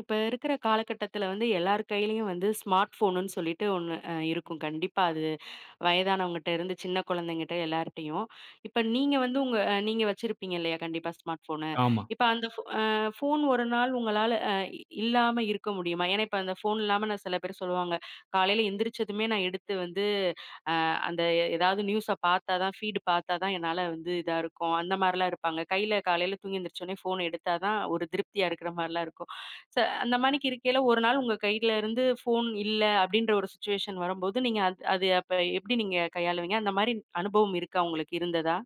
இப்ப இருக்கிற காலகட்டத்துல வந்து எல்லார் கையிலயும் வந்து ஸ்மார்ட் போனுன்னு சொல்லிட்டு ஒண்ணு இருக்கும் கண்டிப்பா அது, வயதானவங்ககிட்ட இருந்து சின்ன குழந்தைங்கிட்ட எல்லார்ட்டையும். இப்ப நீங்க வந்து உங்க நீங்க வச்சிருப்பீங்க இல்லையா கண்டிப்பா ஸ்மார்ட் போனு. ஆமா. இப்ப அந்த போன் ஒரு நாள் உங்களால இல்லாம இருக்க முடியுமா? ஏன்னா இப்ப அந்த போன் இல்லாம நான், சில பேர் சொல்லுவாங்க, காலையில எந்திரிச்சதுமே நான் எடுத்து வந்து ஏதாவது நியூஸை பார்த்தாதான், ஃபீடு பார்த்தாதான் என்னால வந்து இதா இருக்கும். அந்த மாதிரிலாம் இருப்பாங்க கையில. காலையில தூங்கி எந்திரிச்சோடனே போன் எடுத்தாதான் ஒரு திருப்தியா இருக்கிற மாதிரிலாம் இருக்கும். ச அந்த மாணிக்கு இருக்கையில ஒரு நாள் உங்க கையில இருந்து ஃபோன் இல்ல அப்படின்ற ஒரு சிச்சுவேஷன் வரும்போது, நீங்க அது அது அப்ப எப்படி நீங்க கையாளுவீங்க? அந்த மாரி அனுபவம் இருக்கா, உங்களுக்கு இருந்ததா?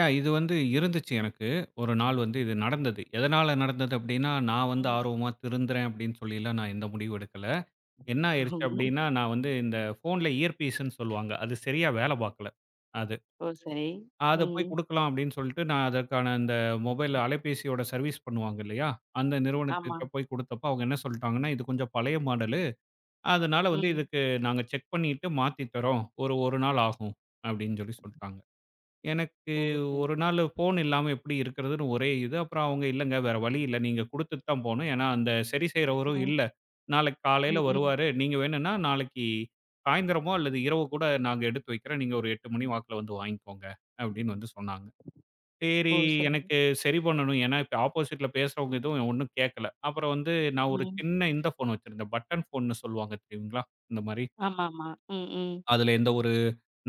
ஏன் இது வந்து இருந்துச்சு எனக்கு. ஒரு நாள் வந்து இது நடந்தது. எதனால நடந்தது அப்டின்னா, நான் வந்து ம். ஆர்வமா திருந்துறேன் அப்டின்னு சொல்லிலாம் நான் எந்த முடிவும் எடுக்கல. என்ன ஆயிருச்சு ம். அப்டின்னா, நான் வந்து இந்த ஃபோன்ல இயர் பீஸ்ன்னு சொல்லுவாங்க. அது சரியா வேல பார்க்கல. அது. ஓ! சரி. அத போய் ம். குடுக்கலாம் அப்டின்னு சொல்லிட்டு நான் அதற்கான அந்த மொபைல் அலைபேசியோட சர்வீஸ் பண்ணுவாங்க இல்லையா? அந்த ஆமா. நிறுவனத்திட்ட போய் குடுத்தப்ப அவங்க என்ன சொல்ட்டாங்கன்னா, இது கொஞ்சம் பழைய மாடலு. அதனால வந்து ம். இதுக்கு நாங்க செக் பண்ணிட்டு மாத்தி தர்றோம். ஒரு 1 நாள் ஆகும் அப்டின்னு சொல்லி சொல்ட்டாங்க. எனக்கு ஓ! சரி. ஒரு நாள் ஃபோன் இல்லாம எப்படி இருக்கிறதுன்னு ஒரே இது. அப்புறம் அவங்க இல்லங்க வேற வழி இல்ல. நீங்க குடுத்துட்டு தான் போணும். ஏன்னா அந்த சரி செய்றவரும் ம். இல்ல. நாளைக்கு காலையில ம். ம். வருவாரு. நீங்க வேணும்னா நாளைக்கு சாயந்திரமோ அல்லது இரவு கூட நாங்க எடுத்து வைக்கிறோம். நீங்க ஒரு 8 மணி வாக்குல வந்து வாங்கிக்கோங்க அப்படின்னு வந்து சொன்னாங்க. சரி ஓ! சரி. எனக்கு சரி பண்ணணும். ஏன்னா இப்ப ஆப்போசிட்ல பேசுறவங்க எதுவும் ஒண்ணும் கேட்கல. அப்புறம் வந்து நான் ஒரு ம். சின்ன இந்த ஃபோன் வச்சிருந்தேன். பட்டன் ஃபோன்னு சொல்லுவாங்க தெரியுங்களா? இந்த மாரி. ஆமாமா. ம். ம். அதுல எந்த ஒரு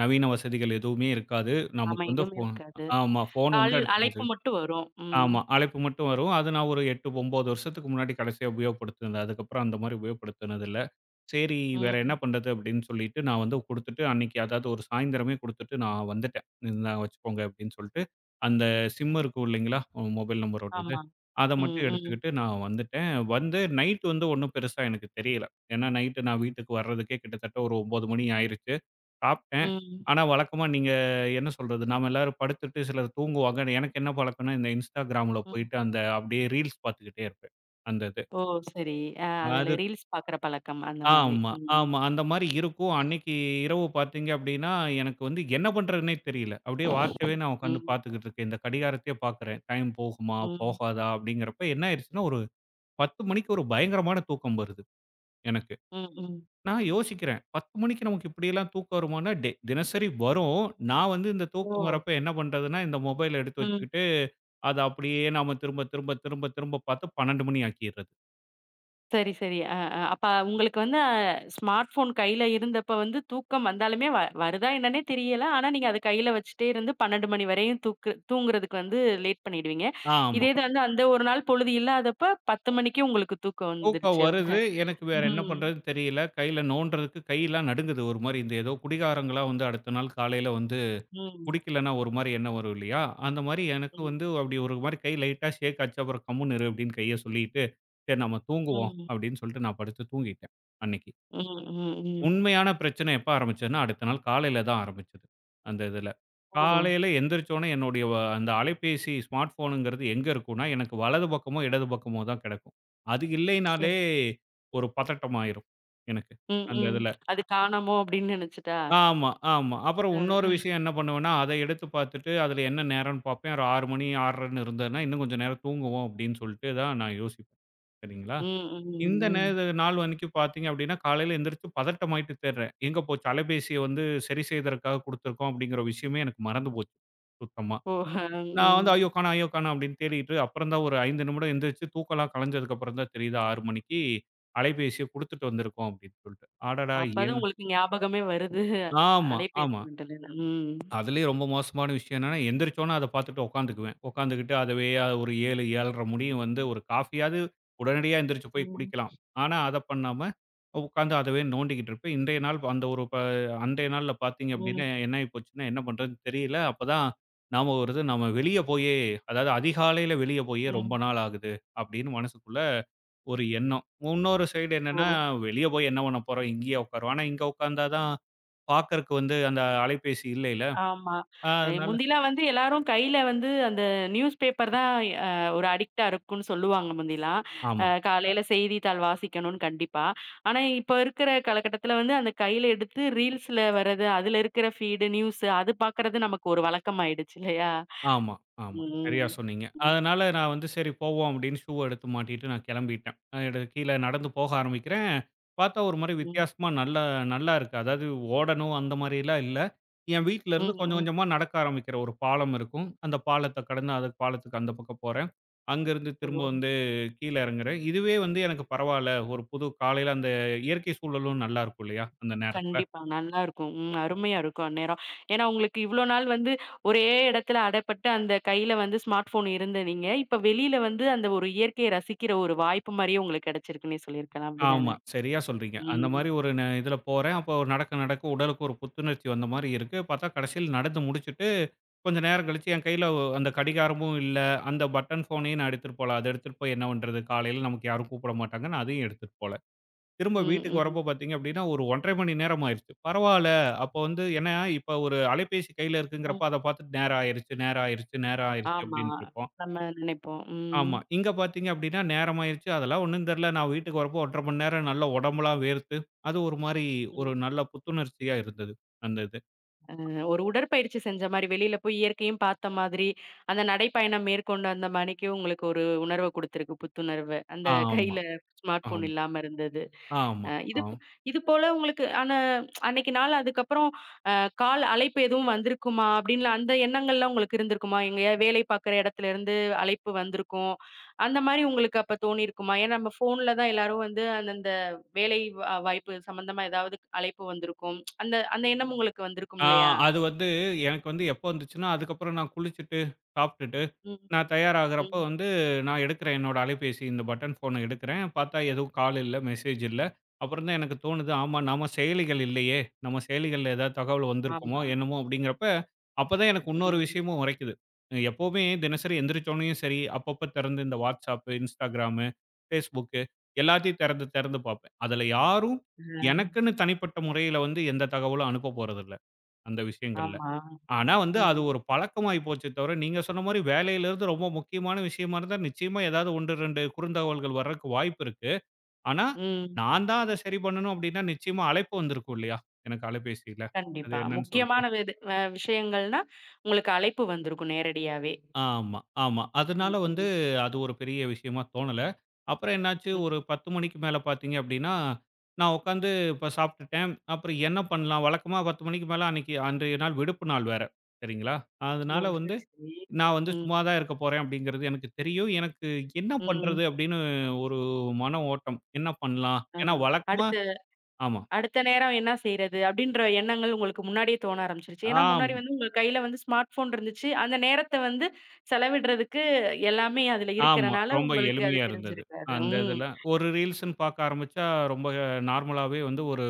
நவீன வசதிகள் எதுவுமே இருக்காது. ஆமா. நமக்கு வந்து எதுவுமே ஃபோன் இருக்காது. ஆமா. ஃபோன் வந்து கால் அடுத்தது. அழைப்பு மட்டும் வரும். ம். ஆமா. அழைப்பு மட்டும் வரும். அது நான் ஒரு 8, 9 வருஷத்துக்கு முன்னாடி கடைசியா உபயோகப்படுத்தினது. அதுக்கப்புறம் அந்த மாரி உபயோகப்படுத்தினதில்ல. சரி வேற என்ன ம். பண்றது அப்படின்னு சொல்லிட்டு நான் வந்து குடுத்துட்டு அன்னைக்கு அதாவது ஒரு சாயந்திரமே குடுத்துட்டு நான் வந்துட்டேன். "இந்தாங்க வச்சுக்கோங்க" அப்படின்னு சொல்லிட்டு, அந்த சிம் ம். இருக்கும் இல்லைங்களா? மொபைல் நம்பரோட இது. ஆமா. அத ம். மட்டும் ம். எடுத்துக்கிட்டு நான் வந்துட்டேன். வந்து நைட் வந்து ஒண்ணும் பெருசா எனக்கு தெரியல. ஏன்னா நைட்டு நான் வீட்டுக்கு வர்றதுக்கே கிட்டத்தட்ட ஒரு 9 மணி ஆயிருச்சு. சாப்ட்டேன். ம். ஆனா வழக்கமா நீங்க என்ன சொல்றது, நாம எல்லாரும் படுத்துட்டு சிலர் தூங்குவாங்க. எனக்கு என்ன பழக்கம்னா, இந்த Instagramல ம். போயிட்டு அந்த அப்படியே ரீல்ஸ் பார்த்துக்கிட்டே இருப்பேன். அந்த இது. ஓ! சரி. அ அதுல அது ரீல்ஸ் பாக்குற பழக்கம் அந்த மாதிரி. ஆமா, ம். ஆமா. அந்த மாரி இருக்கும். அன்னைக்கு இரவு பார்த்தீங்க அப்படின்னா, எனக்கு வந்து என்ன பண்றதுன்னே தெரியல. அப்படியே வாட்சவே ம், நான் உட்காந்து பார்த்துக்கிட்டு இருக்கேன். இந்த கடிகாரத்தையே பார்க்குறேன். டைம் போகுமா? ம், போகாதா? அப்படிங்கிறப்ப என்ன ஆயிருச்சுன்னா, ஒரு 10 மணிக்கு ஒரு பயங்கரமான தூக்கம் வருது எனக்கு. ம், ம். நான் யோசிக்கிறேன். 10 மணிக்கு நமக்கு இப்படியெல்லாம் தூக்கம் வருமான்னா, தினசரி வரும். நான் வந்து இந்த ஓ! தூக்கம் வரப்ப என்ன பண்றதுன்னா, இந்த மொபைல எடுத்து ம். வச்சுக்கிட்டு, அத அப்படியே நாம திரும்ப, திரும்ப, திரும்ப, திரும்ப பார்த்து 12 மணி ஆக்கிர்றது. சரி, சரி. அ, அ. அப்ப உங்களுக்கு வந்து ஸ்மார்ட் ஃபோன் கையில இருந்தப்ப வந்து தூக்கம் வந்தாலுமே வருதா என்னன்னே தெரியல. ஆனா நீங்க அத கையில வச்சுட்டே இருந்து 12 மணி வரையும் தூங்குறதுக்கு வந்து லேட் பண்ணிடுவீங்க. ஆமா. இதே இது வந்து அந்த ஒரு நாள் பொழுது இல்லாதப்ப 10 மணிக்கு உங்களுக்கு தூக்கம் தூக்கம் வந்துருச்சு வருது. அப்படிதான். எனக்கு வேற ம், என்ன ம், பண்றதுன்னு தெரியல. கையில நோண்டுறதுக்கு கையெல்லாம் நடுங்குது ஒரு மாரி. இந்த ஏதோ குடிகாரங்களா வந்து அடுத்த நாள் காலையில வந்து ம், குடிக்கலன்னா ஒரு மாரி எண்ணம் வரும் இல்லையா? அந்த மாரி எனக்கு ம், வந்து அப்படி ஒரு மாரி கை லைட்டா ஷேக் ஆச்சு. அப்புறம் கம்முனு இரு அப்படின்னு கைய சொல்லிட்டு, சரி நம்ம தூங்குவோம் அப்படின்னு சொல்லிட்டு நான் படுத்து தூங்கிட்டேன் அன்னைக்கு. ம், ம், ம். உண்மையான பிரச்சனை எப்ப ஆரம்பிச்சதுன்னா, அடுத்த நாள் காலையில தான் ஆரம்பிச்சது. அந்த இதுல. ஓ! காலையில எந்திரிச்ச உடனே என்னுடைய அந்த அலைபேசி ஸ்மார்ட் ஃபோனுங்கிறது எங்க இருக்கும்னா, எனக்கு வலது பக்கமோ, இடது பக்கமோ தான் கெடக்கும். அது சரி. இல்லைனாலே ஒரு பதட்டம் ஆயிரும் எனக்கு. ம், அந்த ம். இதுல. அது காணாமோ அப்படின்னு நினைச்சுட்டா? ஆமா, ஆமா. அப்புறம் அ, இன்னொரு விஷயம் என்ன பண்ணுவேன்னா, அத எடுத்து பார்த்துட்டு அதில என்ன நேரம்னு பார்ப்பேன். ஒரு 6:00 மணி 6:30ன்னு இருந்ததுன்னா, இன்னும் கொஞ்சம் நேரம் தூங்குவோம் அப்படின்னு சொல்லிட்டு தான் நான் யோசிப்பேன். சரிங்களா? ம், இந்த ம், ம். நேர நாள் அன்னைக்கு பார்த்தீங்க அப்படின்னா, காலையில எந்திரிச்சு பதட்டமாயிட்டு தேடுறேன். எங்க போச்சு? அலைபேசிய வந்து சரி செய்தற்காக குடுத்துருக்கோம் அப்படிங்கிற விஷயமே எனக்கு மறந்து போச்சு, சுத்தமா. ஓ! அ, நான் வந்து ஐயோ ம். காணோம், ஐயோ காணோம் அப்படின்னு தேடிட்டு அப்புறம் தான் ஒரு 5 நிமிடம் எந்திரிச்சு தூக்கலாம் கலைஞ்சதுக்கு அப்புறம் தான் தெரியுது 6 மணிக்கு அலைபேசிய குடுத்துட்டு வந்திருக்கோம் அப்படின்னு சொல்லிட்டு. அடடா! அப்பதான் ஏன் உங்களுக்கு ஞாபகமே வருது. ஆமா, அலைபேசி ஆமா. மின்னலுன்னு. ம். அதுலயும் ரொம்ப மோசமான விஷயம் என்னன்னா, எந்திரிச்சோன அத பாத்துட்டு உட்காந்துக்குவேன். உட்காந்துக்கிட்டு அதுவே ஒரு 7, 7:30 முடியும் வந்து ஒரு காஃபியாவது உடனடியா எந்திரிச்சு போய் ம். குடிக்கலாம். ஆனா அத பண்ணாம, உட்காந்து அதவே நோண்டிக்கிட்டு இருப்பேன். இன்றைய நாள் அந்த ஒரு அன்றைய நாள்ல பாத்தீங்க ம். அப்டின்னா, என்ன ஆயி போச்சுன்னா, என்ன பண்றதுன்னு தெரியல. அப்பதான் ஞாபகம் வருது, "நம்ம வெளிய போயே அதாவது அதிகாலையில வெளிய போயே ரொம்ப ம். நாள் ஆகுது." அப்படின்னு மனசுக்குள்ள ஒரு எண்ணம். இன்னொரு சைடு என்னன்னா, ஓ! "வெளிய போய் என்ன பண்ண போறோம்? இங்கேயே உட்காருவோம்." ஆனா இங்க உட்கார்ந்தா தான் பாக்கறக்கு வந்து அந்த அலைபேசி இல்லைல. ஆமா. அ அதனால முந்திலாம் வந்து எல்லாரும் கையில வந்து அந்த நியூஸ் பேப்பர் தான் அ ஒரு அடிக்ட்டா இருக்கும்னு சொல்லுவாங்க முந்திலாம். அ ஆமா, காலையில செய்தித்தாள் வாசிக்கணும்னு கண்டிப்பா. ஆனா, இப்ப இருக்கிற காலகட்டத்தில வந்து அந்த கையில எடுத்து ரீல்ஸ்ல வர்றது, அதுல இருக்கிற ஃபீடு, நியூஸு அது பார்க்கறது நமக்கு ஒரு வழக்கமாயிடுச்சு இல்லையா? ஆமா, ஆமா. சரியா ம். சொன்னீங்க. ம். அதனால நான் வந்து சரி போவோம் அப்படின்னு ஷூ எடுத்து மாட்டிட்டு நான் கிளம்பிட்டேன். நான் கீழ நடந்து போக ஆரம்பிக்கிறேன். பார்த்தா ஒரு மாரி ம். வித்தியாசமா நல்லா நல்லா இருக்கு. அதாவது ஓடணும் அந்த மாரிலாம் இல்ல. என் வீட்ல ம். இருந்து கொஞ்சம் ம். கொஞ்சமா நடக்க ஆரம்பிக்கிறேன். ஒரு பாலம் இருக்கும். அந்த பாலத்த கடந்து அது பாலத்துக்கு அந்த பக்கம் போறேன். அங்கருந்து திரும்ப ஓ! வந்து கீழ இறங்குறேன். இதுவே வந்து எனக்கு பரவால்ல. ஒரு புது காலையில அந்த இயற்கை சூழலும் நல்லா இருக்கும் இல்லையா? அந்த நேரத்துல. கண்டிப்பா. நல்லா இருக்கும். ம். அருமையா இருக்கும் அந்நேரம். ஏன்னா, உங்களுக்கு இவ்ளோ நாள் வந்து ஒரே இடத்துல அடைப்பட்டு அந்த கையில வந்து ஸ்மார்ட் ஃபோன் இருந்த நீங்க, இப்ப வெளியில வந்து அந்த ஒரு இயற்கையை ரசிக்கிற ஒரு வாய்ப்பு மாரியே உங்களுக்கு கிடைச்சிருக்குன்னே சொல்லியிருக்கலாம். ஆமா. அப்படிதானே? சரியா சொல்றீங்க. அந்த ம். மாரி ஒரு இதுல போறேன். அப்போ ஒரு நடக்க நடக்க உடலுக்கு ஒரு புத்துணர்ச்சி வந்த மாரி இருக்கு. பார்த்தா கடைசியில நடந்து முடிச்சுட்டு, கொஞ்சம் நேரம் கழிச்சு என் கையில அந்த கடிகாரமும் இல்ல. அந்த பட்டன் ஃபோனையும் நான் எடுத்துட்டு போல. அத எடுத்துட்டு போய் என்ன பண்றது? காலையில நமக்கு யாரும் கூப்பிட மாட்டாங்க. நான் அதையும் எடுத்துட்டு போல. திரும்ப ம், வீட்டுக்கு ம், வரப்போ பார்த்தீங்க அப்டின்னா, ஒரு 1 1/2 மணி நேரம் ஆயிருச்சு. பரவால்ல. அப்போ வந்து ஏன்னா, இப்ப ஒரு அலைபேசி கையில ம். இருக்குங்கிறப்ப அத பார்த்துட்டு நேரம் ஆயிருச்சு, நேரம் ஆயிருச்சு, நேரம் ஆயிருச்சு ஆமா. அப்டின்ட்டுருப்போம். நம்ம நினைப்போம். ம். ஆமா. இங்க பார்த்தீங்க அப்டின்னா, நேரமாயிருச்சு. அதெல்லாம் ஒண்ணும் தெர்ல. நான் வீட்டுக்கு வரப்போ 1 1/2 மணி நேரம் நல்லா உடம்பெல்லாம் வேர்த்து, அது ஒரு மாரி ம். ஒரு நல்ல புத்துணர்ச்சியா இருந்தது. அந்த இது. ஒரு உடற்பயிற்சி செஞ்ச மாரி, வெளியில போய் இயற்கையும் பார்த்த மாதிரி, அந்த நடைப்பயணம் மேற்கொண்ட அந்த மணிக்கு உங்களுக்கு ஒரு உணர்வ குடுத்திருக்கு, புத்துணர்வு. அந்த ஆமா, கையில ஸ்மார்ட் ஆமா, ஃபோன் இல்லாம இருந்தது. ஆமா, அ இது ஆமா. ப- இது போல உங்களுக்கு ஆனா அன்னைக்கு நாள் அதுக்கப்புறம் அ கால் அழைப்பு எதுவும் வந்திருக்குமா? அப்படின்னு அந்த எண்ணங்கள்லாம் உங்களுக்கு இருந்திருக்குமா? எங்கேயாவது வேலை பார்க்குற இடத்துல இருந்து அழைப்பு வந்திருக்கும். அந்த மாரி உங்களுக்கு அப்ப தோணியிருக்குமா? ஏன்னா நம்ம ஃபோன்ல தான் எல்லாரும் வந்து அந்தந்த வேலை வாய்ப்பு சம்மந்தமா ஏதாவது அழைப்பு வந்திருக்கும். அந்த அந்த எண்ணம் உங்களுக்கு வந்திருக்கும் ஆ இல்லையா? அது வந்து எனக்கு வந்து எப்போ வந்துச்சுன்னா, அதுக்கப்புறம் நான் குளிச்சுட்டு, சாப்பிட்டுட்டு, ம், நான் தயாராகுறப்போ ம். வந்து நான் எடுக்கிறேன் என்னோட அலைபேசி இந்த பட்டன் ஃபோன எடுக்கிறேன். பார்த்தா எதுவும் கால் இல்ல, மெசேஜ் இல்ல. அப்புறம் தான் எனக்கு தோணுது, ஆமா நம்ம செயலிகள் இல்லையே! நம்ம செயலிகள்ல ஏதாவது தகவல் வந்திருக்குமோ ஆமா. என்னமோ அப்படிங்கிறப்ப, அப்பதான் எனக்கு இன்னொரு ம். விஷயமும் உரைக்குது. எப்பவுமே தினசரி எந்திரிச்சோனயும் சரி, அப்பப்ப திறந்து இந்த WhatsApp, Instagram, Facebook எல்லாத்தையும் திறந்து திறந்து பார்ப்பேன். அதுல யாரும் ஆ. எனக்குன்னு தனிப்பட்ட முறையில வந்து எந்த தகவலும் அனுப்ப போறதில்ல. அந்த விஷயங்கள்ல. ஆமா. ம். ஆனா வந்து அது ம். ஒரு பழக்கமாயி போச்சே தவிர, நீங்க சொன்ன மாரி வேலையிலிருந்து ரொம்ப முக்கியமான விஷயமா இருந்தா, நிச்சயமா ஏதாவது 1, 2 குறுந்தகவல்கள் வர்றக்கு வாய்ப்பு இருக்கு. ஆனா, ம். நான் தான் அத சரி பண்ணணும் அப்டின்னா, நிச்சயமா அழைப்பு வந்திருக்கும் இல்லையா? எனக்கு அலைபேசியில. அது கண்டிப்பா. என்னன்னு சொல்ட்டு. முக்கியமான விது அ விஷயங்கள்னா, உங்களுக்கு அழைப்பு வந்திருக்கும் நேரடியாவே. ஆமா, ஆமா. அதனால ம், வந்து ம், அது ஒரு பெரிய விஷயமா தோணல. அப்புறம் என்னாச்சு, ம். ஒரு 10 மணிக்கு மேல பார்த்தீங்க அப்டின்னா, நான் உட்காந்து இப்ப சாப்ட்டுட்டேன். அப்புறம் என்ன பண்ணலாம்? வழக்கமா 10 மணிக்கு மேல அன்னைக்கு அன்றைய நாள் விடுப்பு நாள் வேற. சரிங்களா? ஓ! அதனால வந்து சரி, சரி. நான் வந்து ம், சும்மா தான் இருக்க போறேன் அப்படிங்கிறது எனக்கு தெரியும். எனக்கு என்ன ம். பண்றது அப்படின்னு ஒரு மன ஓட்டம். என்ன பண்ணலாம்? ஆ. ஏன்னா வழக்கமா அடுத்த ஆமா. அடுத்த நேரம் என்ன செய்றது? அப்படின்ற எண்ணங்கள் உங்களுக்கு முன்னாடியே தோண ஆரம்பிச்சுருச்சு. ஏன்னா, முன்னாடி ஆம், வந்து உங்க கையில வந்து ஸ்மார்ட் ஃபோன் இருந்துச்சு. அந்த நேரத்த வந்து செலவிடுறதுக்கு எல்லாமே அதுல ஆமா. இருக்கிறனால, ரொம்ப உங்களுக்கு அது எளிமையா இருந்தது. தெரிஞ்சிருக்காது. அந்த ம். இதுல ஒரு ரீல்ஸ்ன்னு பார்க்க ஆரம்பிச்சா ரொம்ப நார்மலாவே வந்து ஒரு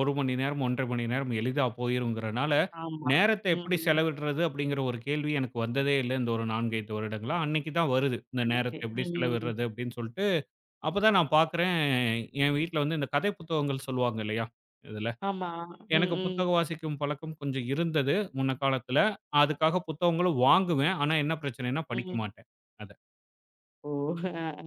1 மணி நேரம், 1 1/2 மணி நேரம் எளிதா போயிருங்கிறனால, ஆமா. நேரத்த எப்படி ம். செலவிடுறது அப்படிங்கிற ஒரு கேள்வி எனக்கு வந்ததே இல்ல. இந்த ஒரு 4, 5 வருடங்களா. அன்னைக்கு தான் வருது. இந்த அன்னைக்கு. நேரத்த எப்படி ம். செலவிடுறது அப்படின்னு சொல்லிட்டு அப்பதான் நான் பார்க்குறேன், என் வீட்ல வந்து இந்த கதை புத்தகங்கள் சொல்லுவாங்க இல்லையா? இதுல. ஆமா. ம், எனக்கு ம். புத்தகம் வாசிக்கும் பழக்கம் கொஞ்சம் இருந்தது, முன்ன காலத்துல. அதுக்காக புத்தகங்களும் வாங்குவேன். ஆனா என்ன பிரச்சனைன்னா படிக்க ம். மாட்டேன், அத. ஓ! அ, அ.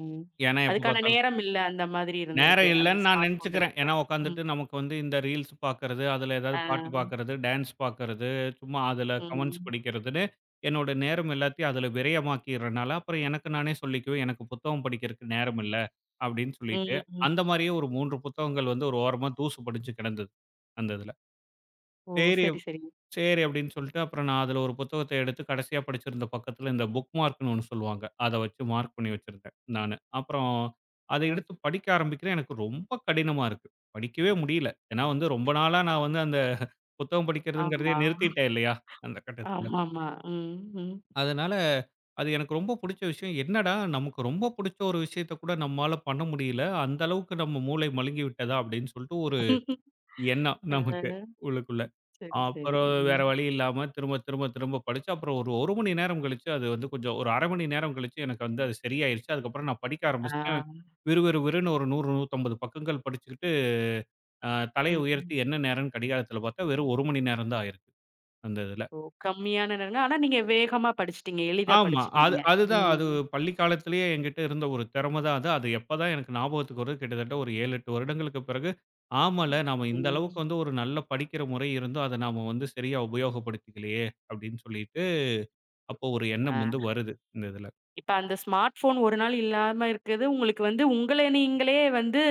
ஏன்னா எப்ப அதுக்கான பார்த்தாலும் நேரம் இல்ல. அந்த மாதிரி நேரம் இருந்திருக்கு. அந்த இல்லன்னு நான் ஸ்மார்ட் ஃபோன் நெனச்சுக்கிறேன். இருக்குல. ஏன்னா ம். உட்காந்துட்டு நமக்கு வந்து இந்த ரீல்ஸ் பார்க்கறது, அதுல ஏதாவது ஆ. பாட்டு பார்க்கறது, டான்ஸ் பார்க்கறது, சும்மா அதுல கமெண்ட்ஸ் ம். படிக்கிறதுன்னு என்னோட நேரம் எல்லாத்தையும் அதுல விரயமாக்கிறனால, அப்புறம் எனக்கு நானே சொல்லிக்குவேன், எனக்கு புத்தகம் படிக்கிறதுக்கு நேரம் இல்ல அப்படின்னு சொல்லிட்டு, ம், ம். அந்த மாரியே ஒரு 3 புத்தகங்கள் வந்து ஒரு ஓரமா தூசு படிஞ்சு கிடந்தது. அந்த இதுல. ஓ! சரி சரி, சரி. சரி அப்படின்னு சொல்லிட்டு அப்புறம் நான் அதில ஒரு புத்தகத்த எடுத்து கடைசியா படிச்சிருந்த பக்கத்தில இந்த புக் மார்க்ன்னு ஒண்ணு சொல்லுவாங்க. அத வச்சு மார்க் பண்ணி வச்சிருந்தேன் நானு. அப்புறம் அத ஓ! எடுத்து படிக்க ஆரம்பிக்கிறேன். எனக்கு ரொம்ப கடினமா இருக்கு. படிக்கவே முடியல. ஏன்னா வந்து ரொம்ப நாளா நான் வந்து அந்த புத்தகம் படிக்கிறதுங்கிறதையே ஆமா. நிறுத்திட்டேன் இல்லையா? அந்த கட்டத்தில. ஆமாமா. ம், ம். அதனால அது எனக்கு ரொம்ப புடிச்ச விஷயம். என்னடா நமக்கு ரொம்ப புடிச்ச ஒரு விஷயத்த கூட நம்மால பண்ண முடியல. அந்த அளவுக்கு நம்ம மூளை மழுங்கி விட்டதா அப்படின்னு சொல்லிட்டு ஒரு எண்ணம் ஆ. நமக்கு உள்ளுக்குள்ள. சரி, சரி. அப்புறம் வேற ம். வழி இல்லாம திரும்ப, திரும்ப, திரும்ப படிச்சு, அப்புறம் ஒரு 1 மணி நேரம் கழிச்சு அது வந்து கொஞ்சம் ஒரு 1/2 மணி நேரம் கழிச்சு எனக்கு வந்து அது சரியாயிருச்சு. அதுக்கப்புறம் நான் படிக்க ஆ. ஆரம்பிச்சுட்டேன். விறுவிறுவிறுன்னு ஒரு 100, 150 பக்கங்கள் படிச்சுக்கிட்டு, அ தலைய ம், உயர்த்தி ம். என்ன நேரம்ன்னு கடிகாரத்துல பார்த்தா, வெறும் 1 மணி நேரம் தான் ஆயிருக்கு அந்த இதுல. ஓ! கம்மியான நேரங்க. ஆனா நீங்க வேகமா படிச்சுட்டீங்க. எளிதா ஆமா. அது படிச்சுட்டீங்க. அதுதான் அது ம், பள்ளி காலத்திலேயே என்கிட்ட இருந்த ஒரு திறம தான் அது. அது எப்பதான் எனக்கு ஞாபகத்துக்கு வருது, கிட்டத்தட்ட ஒரு 7, 8 வருடங்களுக்கு பிறகு, ஆமால்ல நாம இந்த ம். அளவுக்கு வந்து ஒரு நல்ல படிக்கிற முறை இருந்தும், அத நாம வந்து சரியா உபயோகப்படுத்திக்கலையே! அப்படின்னு சொல்லிட்டு அப்போ ஒரு எண்ணம் ஆ. வந்து வருது இந்த இதில. இப்ப அந்த ஸ்மார்ட் ஃபோன் ஒரு நாள் இல்லாம இருக்கிறது, உங்களுக்கு வந்து உங்கள நீங்களே வந்து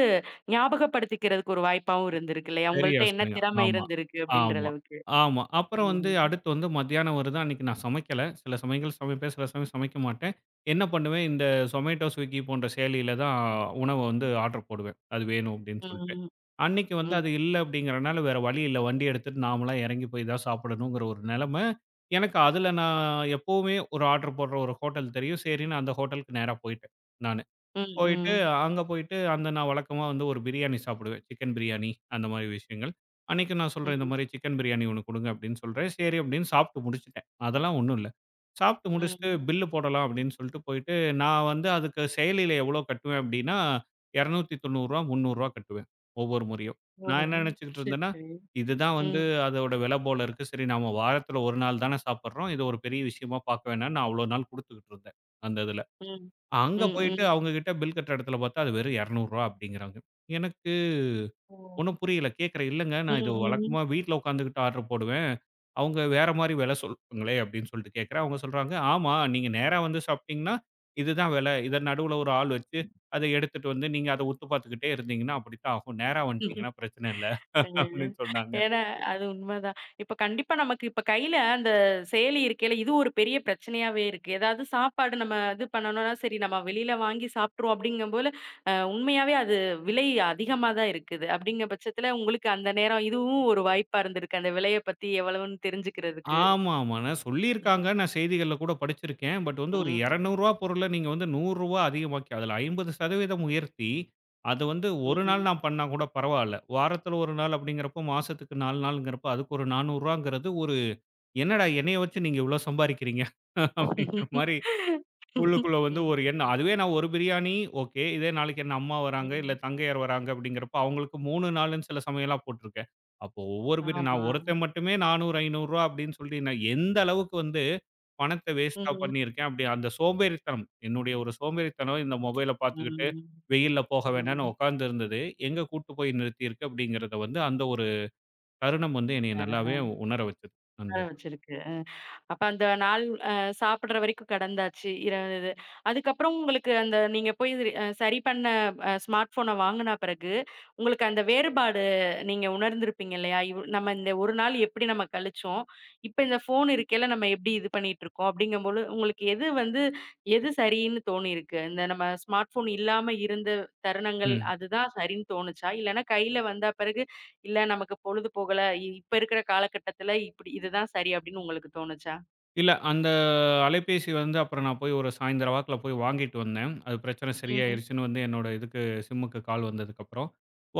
ஞாபகப்படுத்திக்கிறதுக்கு ஒரு வாய்ப்பாவும் இருந்திருக்கு இல்லையா? சரியா உங்கள்ட்ட என்ன சொன்னீங்க. திறமை ஆமா, இருந்திருக்கு அப்படின்ற ஆமா, அளவுக்கு. ஆமா. அப்புறம் வந்து ம். அடுத்து வந்து மத்தியானம் வருது. அன்னைக்கு நான் சமைக்கல. சில சமயங்கள் சமைப்பேன், சில சமயம் சமைக்க மாட்டேன். என்ன பண்ணுவேன், இந்த Zomato, Swiggy போன்ற செயலியில தான் உணவ வந்து ஆர்டர் போடுவேன். அது வேணும் அப்டின்னு சொல்ட்டு. ம். அன்னைக்கு வந்து ம். அது இல்ல அப்டிங்கிறனால வேற வழி இல்ல. வண்டி எடுத்துட்டு நாமளா எறங்கி போய் தான் சாப்பிடணுங்கிற ஒரு நெலம. எனக்கு அதுல நான் எப்பவுமே ஒரு ஆர்டர் போடுற ஒரு ஹோட்டல் தெரியும். சரின்னு அந்த ஹோட்டலுக்கு நேரா போயிட்டேன். நான். ம். போயிட்டு, ம். அங்க போயிட்டு அந்த நான் வழக்கமா வந்து ஒரு பிரியாணி சாப்பிடுவேன். சிக்கன் பிரியாணி அந்த மாரி விஷயங்கள். அன்னைக்கு நான் சொல்றேன், "இந்த ம். மாரி சிக்கன் பிரியாணி ஒண்ணு குடுங்க" அப்படின்னு சொல்றேன். சரி அப்படின்னு சாப்பிட்டு முடிச்சுட்டேன். அதெல்லாம் ஒண்ணும் இல்ல. சாப்பிட்டு முடிச்சுட்டு ம். பில்லு போடலாம் அப்படின்னு சொல்லிட்டு போயிட்டு, நான் வந்து அதுக்கு செயலியில எவ்வளோ கட்டுவேன் அப்படின்னா, ரூ. 290, ரூ. 300 கட்டுவேன் ஒவ்வொரு முறையும். ஓ! நான் என்ன நினைச்சுக்கிட்டு சரி, இருந்தேன்னா, சரி. இதுதான் வந்து ம். அதோட விலை போல இருக்கு. சரி நாம வாரத்துல ஒரு நாள் தானே சாப்பிடுறோம். இது ஒரு பெரிய விஷயமா பார்க்க வேணாம்ன்னு நான் அவ்வளோ நாள் குடுத்துக்கிட்டு இருந்தேன், அந்த இதுல. ம். ம். அங்க போயிட்டு ம். அவங்க கிட்ட பில் கட்டுற இடத்துல பார்த்தா, அது வெறும் ரூ. 200 அப்படிங்கிறாங்க. எனக்கு ஓ! ஒண்ணும் புரியல. கேட்கிறேன், "இல்லங்க நான் இது ம். வழக்கமா வீட்ல உட்காந்துக்கிட்டு ஆர்டர் போடுவேன். அவங்க வேற மாரி விலை சொல்றாங்களே" அப்படின்னு சொல்லிட்டு கேட்கிறேன். அவங்க சொல்றாங்க, "ஆமா நீங்க நேரா வந்து சாப்பிட்டீங்கன்னா, இதுதான் விலை. இத நடுவுல ஒரு ஆள் வச்சு, அத எடுத்துட்டு வந்து நீங்க அத உத்து பார்த்துக்கிட்டே இருந்தீங்கன்னா அப்படித்தான் ஆகும். நேரா ம். வந்துட்டீங்கன்னா பிரச்சனை இல்ல" ம். அப்படின்னு சொன்னாங்க. ஏன்னா அது உண்மதான். இப்ப கண்டிப்பா நமக்கு இப்ப கையில அந்த செயலி இருக்கையில, இது ஒரு பெரிய பிரச்சனையாவே இருக்கு. ஏதாவது சாப்பாடு நம்ம இது பண்ணணும்னா, சரி நம்ம வெளியில வாங்கி சாப்பிட்டுருவோம் அப்படிங்கும்போல, உண்மையாவே அது விலை அதிகமா தான் இருக்குது. அப்படிங்கிற பட்சத்துல உங்களுக்கு அந்த நேரம் இதுவும் ஒரு வாய்ப்பா இருந்திருக்கு, அந்த விலைய பத்தி எவ்வளவுன்னு தெரிஞ்சுக்கிறதுக்கு. ஆமாமா. நான் சொல்லியிருக்காங்க. ம். நான் செய்திகள்ல கூட படிச்சிருக்கேன். பட் வந்து ஒரு ரூ. ம். 200 பொருள நீங்க வந்து ரூ. 100 அதிகமாக்கி, அதுல 50% உயர்த்தி, அது வந்து 1 நாள் ம். நான் பண்ணா கூட பரவால்ல. வாரத்துல 1 நாள் அப்படிங்கிறப்போ, மாசத்துக்கு 4 நாள்ங்கிறப்போ, அதுக்கு ஒரு ரூ. 400ங்கிறது ஒரு என்னடா என்னைய வச்சு நீங்க இவ்ளோ சம்பாரிக்கிறீங்க? அப்படிங்கிற மாரி உள்ளுக்குள்ள வந்து ஒரு எண்ணம். ம். அதுவே நான் ஒரு பிரியாணி ஓகே. இதே நாளைக்கு என் அம்மா வராங்க, இல்ல ம். தங்கையார் வராங்க அப்படிங்கிறப்போ, அவங்களுக்கு 3 நாளுன்னு சில சமயம்லாம் போட்டுருக்கேன். அப்போ ஒவ்வொரு பிரி நான் ஆமா. ஒருத்தன் மட்டுமே ரூ. 400, ரூ. 500 அப்படின்னு சொல்லி நான் எந்த அளவுக்கு வந்து பணத்த வேஸ்ட்டா ம். பண்ணியிருக்கேன். அப்படி அந்த சோம்பேறித்தனம், என்னுடைய ஒரு சோம்பேறித்தனம் இந்த மொபைல பார்த்துக்கிட்டு ம். வெயில்ல போக வேணாம்னு ம். உட்கார்ந்து இருந்தது. எங்க கூட்டு போய் நிறுத்தியிருக்கு அப்படிங்கிறத வந்து அந்த ஒரு தருணம் வந்து என்னைய ஆ. நல்லாவே உணர வச்சது. அந்த வர வச்சிருக்கு. அப்ப அந்த நாள் அ சாப்பிடுற வரைக்கும் கடந்தாச்சு. இரவு இது. அதுக்கப்புறம் உங்களுக்கு அந்த நீங்க போய் ரி அ சரி பண்ண ஸ்மார்ட் ஃபோன வாங்குன பிறகு, உங்களுக்கு அந்த வேறுபாடு நீங்க உணர்ந்திருப்பீங்க இல்லையா? நம்ம இந்த 1 நாள் எப்படி நம்ம கழிச்சோம். இப்ப இந்த ஃபோன் இருக்கையில நம்ம எப்படி இது பண்ணிட்டுருக்கோம் அப்படிங்கும்போது, உங்களுக்கு எது வந்து எது சரின்னு தோணியிருக்கு? இந்த நம்ம ஸ்மார்ட் ஃபோன் இல்லாம இருந்த தருணங்கள் ம். அதுதான் சரின்னு தோணுச்சா? இல்லன்னா கையில வந்த பிறகு, இல்ல நமக்கு பொழுது போகல. இப்ப இருக்கிற காலகட்டத்துல இப்படி இதுதான் சரி அப்படின்னு உங்களுக்கு தோணுச்சா? இல்ல. அந்த அலைபேசி வந்து அப்புறம் நான் போய் ஒரு சாயந்தரம் வாக்குல போய் வாங்கிட்டு வந்தேன். அது பிரச்சனை ம். சரியாயிருச்சுன்னு வந்து என்னோட இதுக்கு சிம்முக்கு கால் வந்ததுக்கப்புறம்.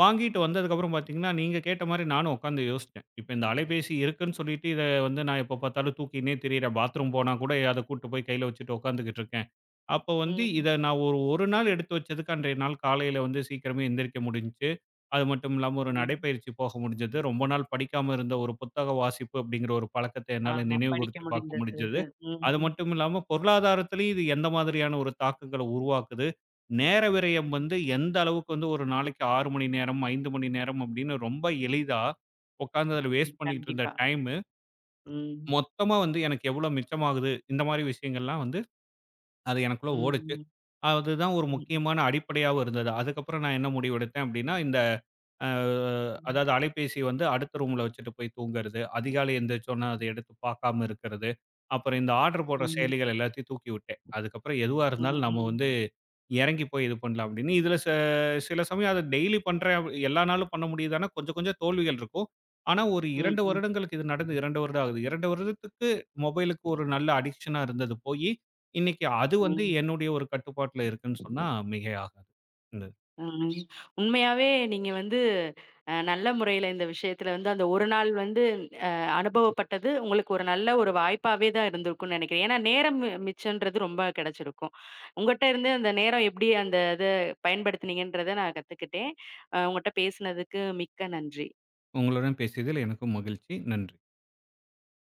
வாங்கிட்டு வந்ததுக்கப்புறம் பார்த்தீங்கன்னா, நீங்க கேட்ட மாரி நானும் உட்காந்து யோசிச்சேன். இப்ப இந்த அலைபேசி இருக்குன்னு சொல்லிட்டு, இத வந்து நான் எப்ப பார்த்தாலும் தூக்கின்னே திரியிறேன். பாத்ரூம் போனா கூட அத கூட்டு போய் கையில வச்சுட்டு உட்காந்துக்கிட்டு இருக்கேன். அப்போ வந்து ம். இத நான் ஒரு 1 நாள் எடுத்து வச்சதுக்கு, அன்றைய நாள் காலையில வந்து சீக்கிரமே எந்திரிக்க முடிஞ்சுச்சு. அது மட்டும் இல்லாம ஒரு ம். நடைப்பயிற்சி போக முடிஞ்சது. ரொம்ப நாள் படிக்காம இருந்த ஒரு புத்தக வாசிப்பு அப்படிங்கிற ஒரு பழக்கத்த என்னால ஆமா. படிக்க நினைவுகூர்த்து பார்க்க முடிந்தது. முடிஞ்சது. ம். அது மட்டும் இல்லாம பொருளாதாரத்திலயும் இது எந்த மாதிரியான ஒரு தாக்கங்கள உருவாக்குது. நேர விரயம் வந்து எந்த அளவுக்கு வந்து ஒரு நாளைக்கு 6 மணி நேரம், 5 மணி நேரம் அப்படின்னு ரொம்ப எளிதா உட்கார்ந்து அதுல வேஸ்ட் பண்ணிட்டு இருந்த கண்டிப்பா. டைமு, ம். மொத்தமா வந்து எனக்கு எவ்வளோ மிச்சமாகுது. இந்த மாரி விஷயங்கள்லாம் வந்து அது எனக்குள்ள ஓடுச்சு. ம். அதுதான் ஒரு ம். முக்கியமான அடிப்படையாவும் இருந்தது. அதுக்கப்புறம் நான் என்ன முடிவெடுத்தேன் அப்படின்னா, இந்த அ அதாவது அலைபேசி வந்து அடுத்த ரூம்ல வச்சுட்டு போய் தூங்குறது, அதிகாலை எந்திரிச்சோன அத எடுத்து பார்க்காம இருக்கிறது, அப்புறம் இந்த ஆர்டர் போடுற ம். செயலிகள் எல்லாத்தையும் தூக்கி விட்டேன். அதுக்கப்புறம் எதுவா ம். ம். இருந்தாலும் நம்ம ம். வந்து இறங்கி போய் இது பண்ணலாம் அப்படின்னு. இதுல சில சமயம் அத டெய்லி பண்றேன் எல்லா நாளும் பண்ண முடியுதான்னா, கொஞ்சம் கொஞ்சம் தோல்விகள் இருக்கும். ஆனா ஒரு ம். 2 ம். வருடங்களுக்கு இது நடந்து 2 வருடம் ஆகுது. 2 வருடத்துக்கு மொபைலுக்கு ஒரு நல்ல அடிக்ஷனா இருந்தது போயி, இன்னைக்கு அது வந்து ம். என்னுடைய ஒரு கட்டுப்பாட்டுல இருக்குன்னு சொன்னா மிகையாகாது. இந்த ம். உண்மையாவே நீங்க வந்து நல்ல முறையில இந்த விஷயத்துல வந்து அந்த ஒரு நாள் வந்து அனுபவப்பட்டது உங்களுக்கு ஒரு நல்ல ஒரு வாய்ப்பாவே தான் இருந்திருக்கும்னு நெனைக்கிறேன். ஏன்னா நேரம் மிச்சம்ன்றது ரொம்ப கெடைச்சிருக்கும். உங்கட்ட இருந்து அந்த நேரம் எப்படி அந்த இத பயன்படுத்துனீங்கன்றத நான் கத்துக்கிட்டேன். உங்கட்ட பேசுனதுக்கு மிக்க நன்றி. உங்களுடன் பேசியதில் எனக்கும் மகிழ்ச்சி. நன்றி.